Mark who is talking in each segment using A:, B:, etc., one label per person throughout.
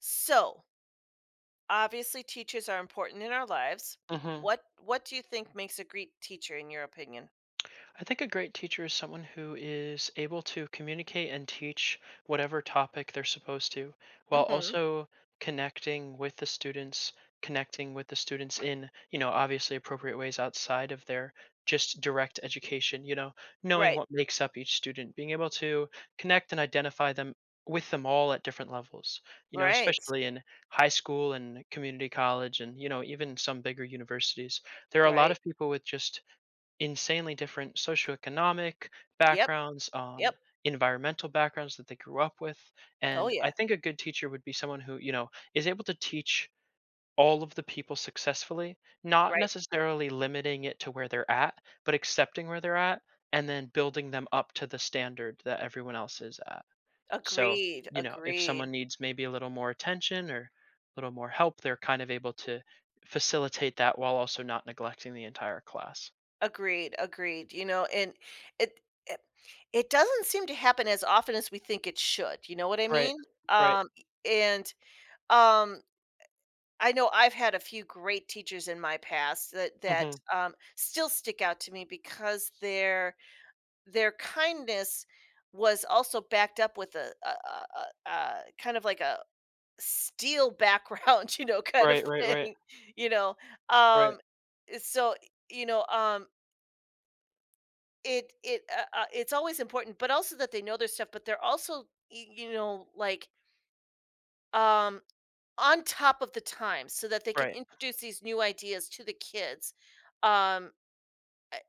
A: So, obviously teachers are important in our lives.
B: hmm
A: What do you think makes a great teacher in your opinion?
B: I think a great teacher is someone who is able to communicate and teach whatever topic they're supposed to, while
A: Mhm.
B: also connecting with the students, connecting with the students in, obviously appropriate ways outside of their just direct education, knowing
A: Right.
B: what makes up each student, being able to connect and identify them with them all at different levels,
A: Right.
B: especially in high school and community college and, even some bigger universities. There are a lot
A: Right.
B: of people with just insanely different socioeconomic
A: Yep.
B: backgrounds,
A: Yep.
B: environmental backgrounds that they grew up with.
A: Oh
B: And I
A: yeah.
B: think a good teacher would be someone who, is able to teach all of the people successfully, not
A: Right.
B: necessarily limiting it to where they're at, but accepting where they're at and then building them up to the standard that everyone else is at. So,
A: Agreed.
B: if someone
A: Agreed.
B: needs maybe a little more attention or a little more help, they're kind of able to facilitate that while also not neglecting the entire class.
A: Agreed. Agreed. You know, and it it, it doesn't seem to happen as often as we think it should. You know what I
B: Right.
A: mean?
B: Right.
A: Um and um I know I've had a few great teachers in my past that
B: Mhm.
A: still stick out to me because they're their kindness was also backed up with a kind of like a steel background, you know, kind of
B: Right, right, right,
A: thing, you know?
B: right,
A: Um, so, you know, um, it's always important, but also that they know their stuff, but they're also, like, um, on top of the times so that they can
B: right,
A: introduce these new ideas to the kids, um,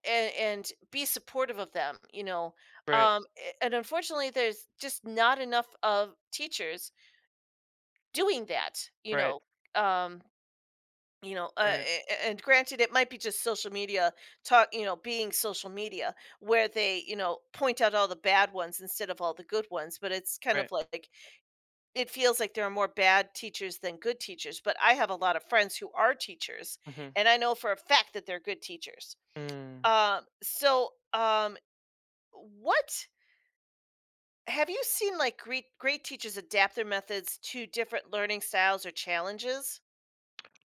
A: and be supportive of them.
B: right,
A: A- and unfortunately, there's just not enough of teachers doing that. You
B: right,
A: know um you know
B: right,
A: a- and granted, it might be just social media talk, you know, being social media where they, you know, point out all the bad ones instead of all the good ones. But it's kind
B: right.
A: of like it feels like there are more bad teachers than good teachers, but I have a lot of friends who are teachers,
B: Mhm.
A: and I know for a fact that they're good teachers.
B: Mm.
A: um so um What have you seen, like, great teachers adapt their methods to different learning styles or challenges?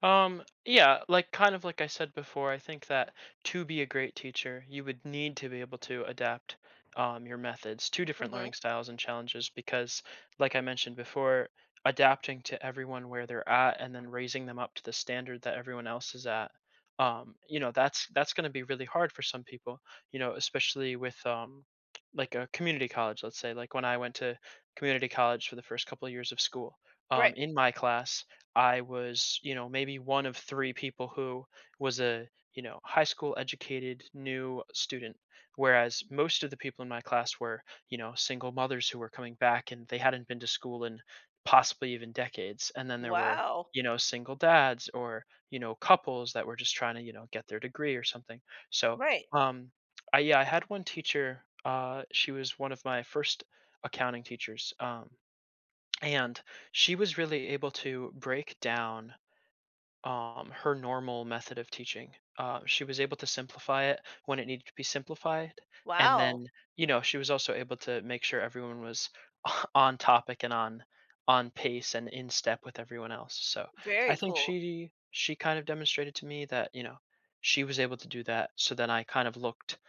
B: Yeah, like kind of like I said before, I think that to be a great teacher, you would need to be able to adapt your methods to different
A: Mhm.
B: learning styles and challenges because, like I mentioned before, adapting to everyone where they're at and then raising them up to the standard that everyone else is at, that's going to be really hard for some people, especially with like a community college, let's say, like when I went to community college for the first couple of years of school.
A: Right.
B: In my class, I was, maybe one of three people who was a, high school educated new student, whereas most of the people in my class were, single mothers who were coming back and they hadn't been to school in possibly even decades. And then there were,
A: Wow.
B: single dads or, couples that were just trying to, get their degree or something. So,
A: Right.
B: um, yeah, I had one teacher. She was one of my first accounting teachers. And she was really able to break down her normal method of teaching. She was able to simplify it when it needed to be simplified, and
A: Wow.
B: then she was also able to make sure everyone was on topic and on pace and in step with everyone else. So I
A: Very
B: think
A: cool.
B: she kind of demonstrated to me that she was able to do that. So then I kind of looked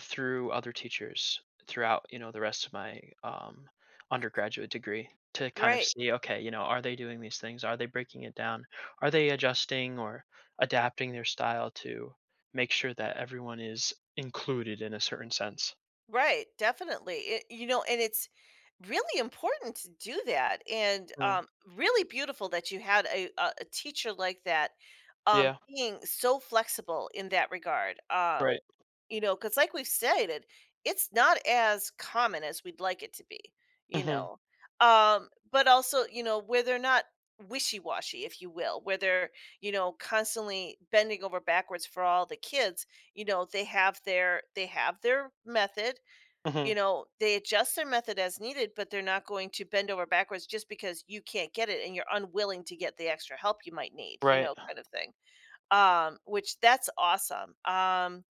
B: through other teachers throughout, the rest of my, undergraduate degree to kind of
A: Right.
B: see, okay, are they doing these things? Are they breaking it down? Are they adjusting or adapting their style to make sure that everyone is included in a certain sense?
A: Right. Definitely. And it's really important to do that, and
B: Mm,
A: really beautiful that you had a teacher like that,
B: yeah,
A: being so flexible in that regard.
B: right.
A: You know, because, like we've stated, it's not as common as we'd like it to be, you
B: Hmm.
A: know? But also, you know, where they're not wishy-washy, if you will, where they're, you know, constantly bending over backwards for all the kids, you know, they have their method, you
B: Hmm.
A: know, they adjust their method as needed, but they're not going to bend over backwards just because you can't get it and you're unwilling to get the extra help you might need, you
B: Right.
A: know, kind of thing. Which that's awesome.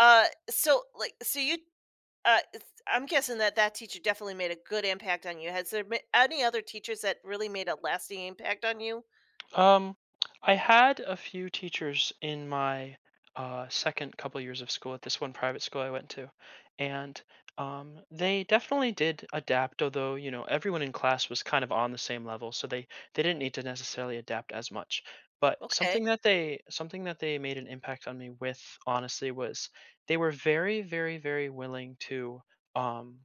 A: uh, so like, so you, I'm guessing that that teacher definitely made a good impact on you. Has there been any other teachers that really made a lasting impact on you?
B: Um, I had a few teachers in my second couple years of school at this one private school I went to, and they definitely did adapt. Although everyone in class was kind of on the same level, so they didn't need to necessarily adapt as much. But
A: Okay.
B: something that they made an impact on me with honestly was they were very very very willing to. Um,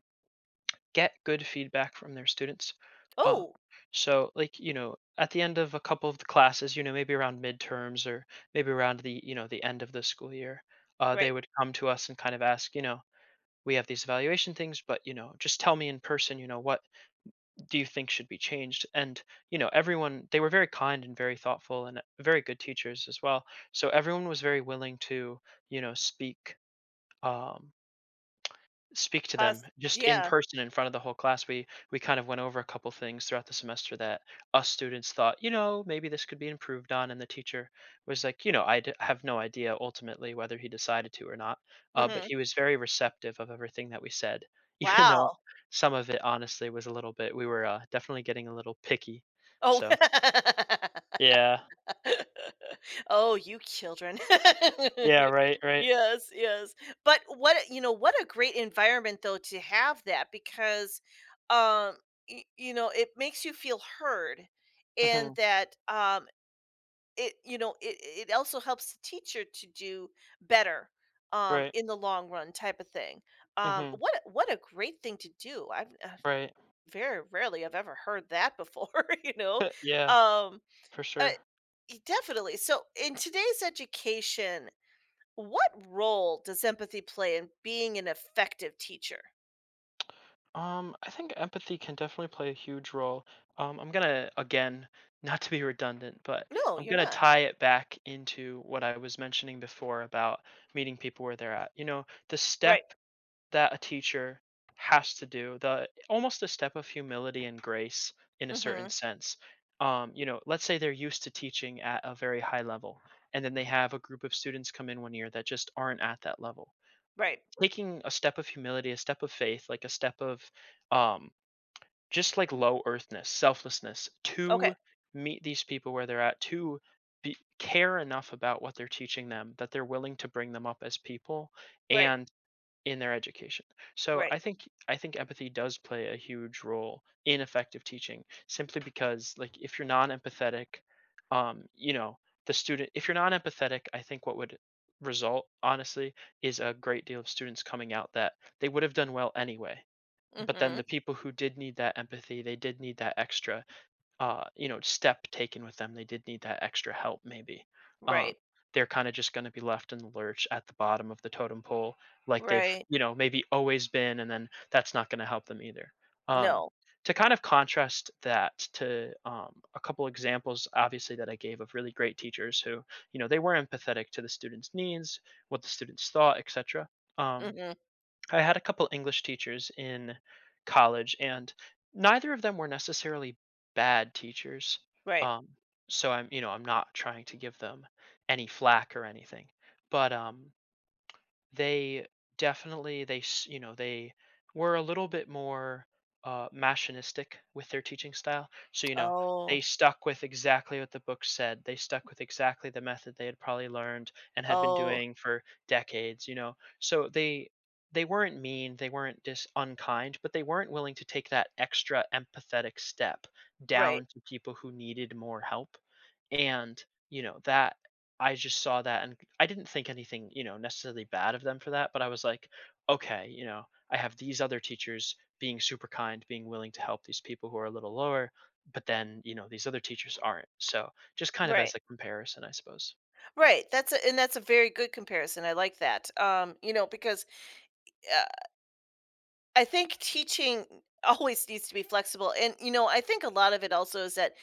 B: get good feedback from their students. Uh,
A: Oh,
B: so like, at the end of a couple of the classes, maybe around midterms or maybe around the end of the school year,
A: right.
B: they would come to us and kind of ask, we have these evaluation things, but just tell me in person, what do you think should be changed? And everyone they were very kind and very thoughtful and very good teachers as well. So everyone was very willing to, you know, speak um Speak to them
A: Pause.
B: just in
A: Yeah.
B: person in front of the whole class. We kind of went over a couple things throughout the semester that us students thought, maybe this could be improved on, and the teacher was like, have no idea ultimately whether he decided to or not, but
A: Hmm.
B: he was very receptive of everything that we said, even though
A: Wow.
B: some of it honestly was a little bit. We were definitely getting a little picky,
A: Oh.
B: so yeah,
A: Oh, you children.
B: yeah, right, right,
A: Yes, yes. But you know, what a great environment though to have that, because, um, you know, it makes you feel heard, and
B: hmm,
A: that it, you know, it also helps the teacher to do better
B: right,
A: in the long run, type of thing.
B: hmm,
A: What a great thing to do. I've
B: right,
A: Very rarely I've ever heard that before. you know
B: yeah,
A: um
B: for
A: uh,
B: sure.
A: Definitely. So in today's education, what role does empathy play in being an effective teacher?
B: I think empathy can definitely play a huge role. I'm gonna, again, not to be redundant, but
A: No,
B: I'm
A: you're
B: gonna
A: not.
B: tie it back into what I was mentioning before about meeting people where they're at. The
A: Right.
B: step that a teacher has to do, the almost a step of humility and grace in a certain
A: Mhm.
B: sense. Let's say they're used to teaching at a very high level, and then they have a group of students come in one year that just aren't at that level.
A: Right.
B: Taking a step of humility, a step of faith, like a step of um just like low earthness, selflessness
A: Okay.
B: to meet these people where they're at, to be, care enough about what they're teaching them that they're willing to bring them up as people
A: Right.
B: and in their education. So
A: Right.
B: I think empathy does play a huge role in effective teaching simply because like if you're non-empathetic, um you know the student, if you're non-empathetic, I think what would result honestly is a great deal of students coming out that they would have done well anyway, but then
A: Mhm.
B: the people who did need that empathy, they did need that extra, step taken with them. They did need that extra help, maybe. Um,
A: Right.
B: they're kind of just going to be left in the lurch at the bottom of the totem pole, like they've,
A: Right.
B: maybe always been, and then that's not going to help them either. Um,
A: No.
B: to kind of contrast that to a couple examples, obviously, that I gave of really great teachers who, they were empathetic to the students' needs, what the students thought, etc. Um,
A: Mhm.
B: I had a couple English teachers in college, and neither of them were necessarily bad teachers.
A: Right.
B: Um, so I'm not trying to give them any flack or anything, but they definitely they s- you know they were a little bit more machinistic with their teaching style, so
A: Oh.
B: they stuck with exactly what the book said, they stuck with exactly the method they had probably learned and had been
A: Oh,
B: doing for decades, so they weren't mean, they weren't dis unkind, but they weren't willing to take that extra empathetic step
A: right.
B: down to people who needed more help. And, that I just saw that, and I didn't think anything, necessarily bad of them for that, but I was like, okay, I have these other teachers being super kind, being willing to help these people who are a little lower, but then, these other teachers aren't. So, just kind of
A: Right.
B: as a comparison, I suppose.
A: Right. That's a and that's a very good comparison. I like that. You know, because, uh, I think teaching always needs to be flexible. And, you know, I think a lot of it also is that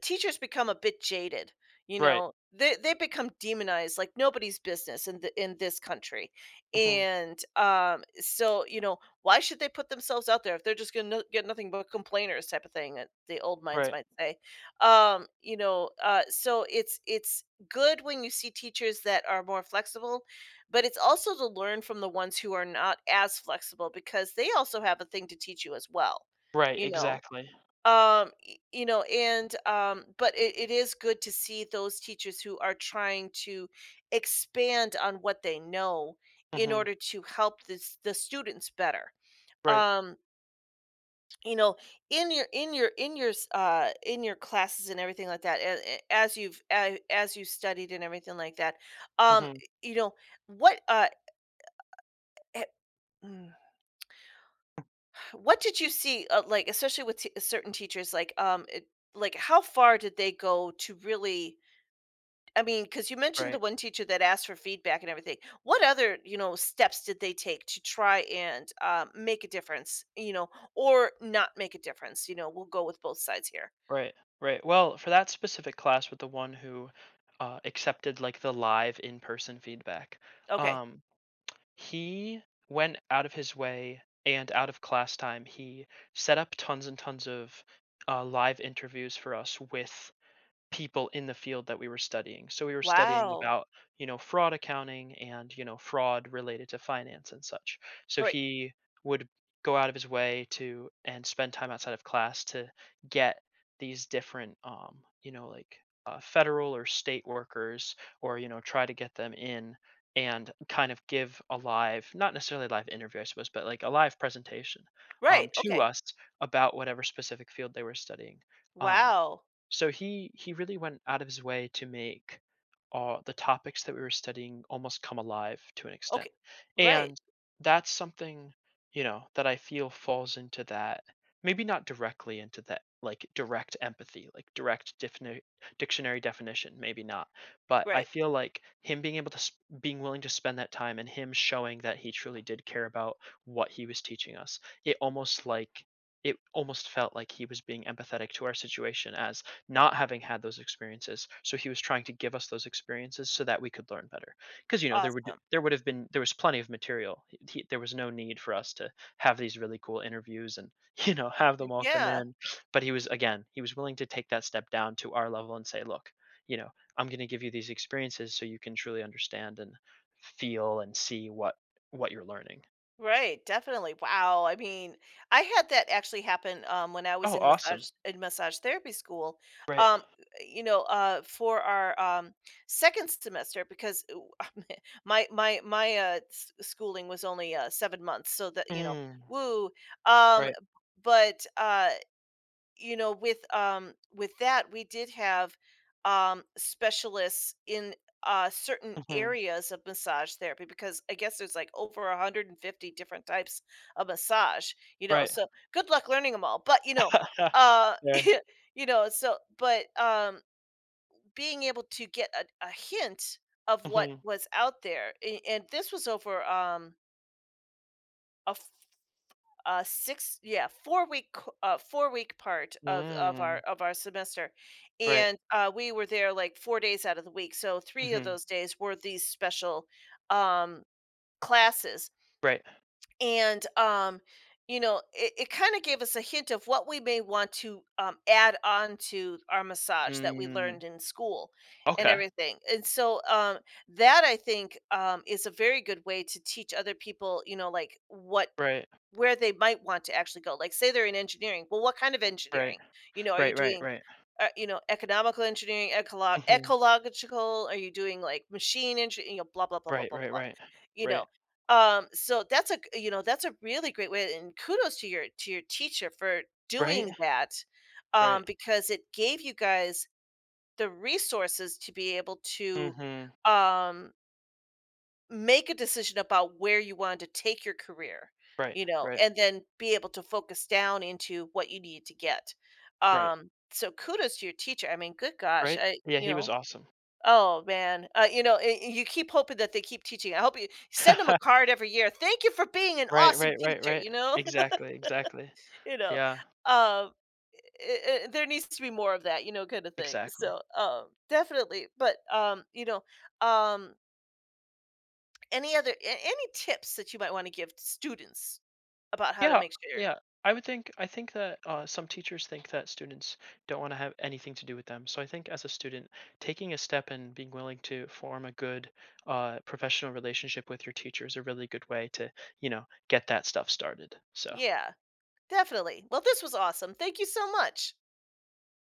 A: teachers become a bit jaded, you
B: Right.
A: know? They become demonized like nobody's business in the in this country.
B: Hmm.
A: And, so, you know, why should they put themselves out there if they're just gonna get nothing but complainers, type of thing, that the old minds
B: Right.
A: might say. You know, so it's good when you see teachers that are more flexible, but it's also to learn from the ones who are not as flexible, because they also have a thing to teach you as well,
B: Right.
A: you know?
B: Exactly.
A: Y- you know and but it is good to see those teachers who are trying to expand on what they know in
B: Hmm.
A: order to help this the students better.
B: Right.
A: um you know in your classes and everything like that, as you studied and everything like that, um
B: Hmm.
A: you know what uh eh, mm, what did you see, like, especially with certain teachers, like, like, how far did they go to really, I mean, because you mentioned the
B: Right.
A: one teacher that asked for feedback and everything. What other, you know, steps did they take to try and, make a difference, you know, or not make a difference? You know, we'll go with both sides here.
B: Right. Right. Well, for that specific class with the one who accepted like the live in person feedback,
A: Okay.
B: um, he went out of his way and out of class time. He set up tons and tons of live interviews for us with people in the field that we were studying. So we were studying
A: Wow.
B: about, fraud accounting and, fraud related to finance and such. So
A: Right.
B: he would go out of his way to and spend time outside of class to get these different like federal or state workers, or, try to get them in and kind of give a live, not necessarily a live interview, I suppose, but like a live presentation,
A: Right.
B: to
A: Okay.
B: us about whatever specific field they were studying. Um,
A: Wow.
B: so he really went out of his way to make the topics that we were studying almost come alive to an extent,
A: Okay. Right.
B: and that's something, that I feel falls into that. Maybe not directly into that, like direct empathy, like direct dictionary definition. Maybe not, but I
A: Right.
B: feel like him being willing to spend that time, and him showing that he truly did care about what he was teaching us. It almost felt like he was being empathetic to our situation as not having had those experiences. So he was trying to give us those experiences so that we could learn better. Because you know
A: Awesome.
B: there would have been there was plenty of material. He, there was no need for us to have these really cool interviews and have them all come
A: Yeah.
B: in. But he was, again, he was willing to take that step down to our level and say, look, you know I'm going to give you these experiences so you can truly understand and feel and see what you're learning.
A: Right, definitely. Wow. I mean, I had that actually happen, when I was
B: Oh,
A: in
B: awesome!
A: massage therapy school.
B: Right.
A: Um, you know, for our second semester, because, ooh, My schooling was only 7 months, so that, you know,
B: Mm,
A: woo. Um,
B: right.
A: but, you know, with that, we did have specialists in certain
B: Hmm.
A: areas of massage therapy, because I guess there's like over 150 different types of massage, you know.
B: Right.
A: So good luck learning them all. But uh
B: There.
A: you know, so but being able to get a hint of what
B: Hmm.
A: was out there, and this was over a 4-week week part of our semester.
B: Right.
A: And we were there like 4 days out of the week. So 3 of
B: Mhm.
A: those days were these special um classes.
B: Right.
A: And you know, it kind of gave us a hint of what we may want to, add on to our massage that we
B: Mm.
A: learned in school and
B: Okay.
A: everything. And so, that I think, is a very good way to teach other people, you know, like, what
B: Right.
A: where they might want to actually go. Like, say they're in engineering, well, what kind of
B: Right.
A: engineering? You know, are you
B: Right, right,
A: doing,
B: right.
A: you know, economical engineering,
B: Mhm.
A: ecological? Are you doing, like, machine engineering? You know, blah, blah, blah, blah,
B: Right,
A: blah,
B: right,
A: blah,
B: right.
A: you
B: Right.
A: know? So that's a g You know, that's a really great way, and kudos to your teacher for
B: Right?
A: doing that,
B: Right.
A: because it gave you guys the resources to be able to,
B: Mhm.
A: um make a decision about where you want to take your career,
B: Right,
A: you know,
B: right,
A: and then be able to focus down into what you need to get.
B: right,
A: So kudos to your teacher. I mean, good gosh,
B: right?
A: I
B: Yeah,
A: you
B: he was
A: know,
B: awesome.
A: oh man, you know, you keep hoping that they keep teaching. I hope you send them a card every year. Thank you for being an
B: Right,
A: awesome
B: right, right,
A: teacher.
B: right.
A: You know,
B: Exactly, exactly.
A: you know,
B: Yeah,
A: um, there needs to be more of that, you know, kind of thing.
B: exactly.
A: So, definitely, but, you know, um, Any other a any tips that you might wanna give to students about how to
B: Yeah,
A: make sure.
B: yeah. I think that some teachers think that students don't want to have anything to do with them. So I think as a student, taking a step and being willing to form a good professional relationship with your teacher is a really good way to, get that stuff started. So.
A: Yeah, definitely. Well, this was awesome. Thank you so much.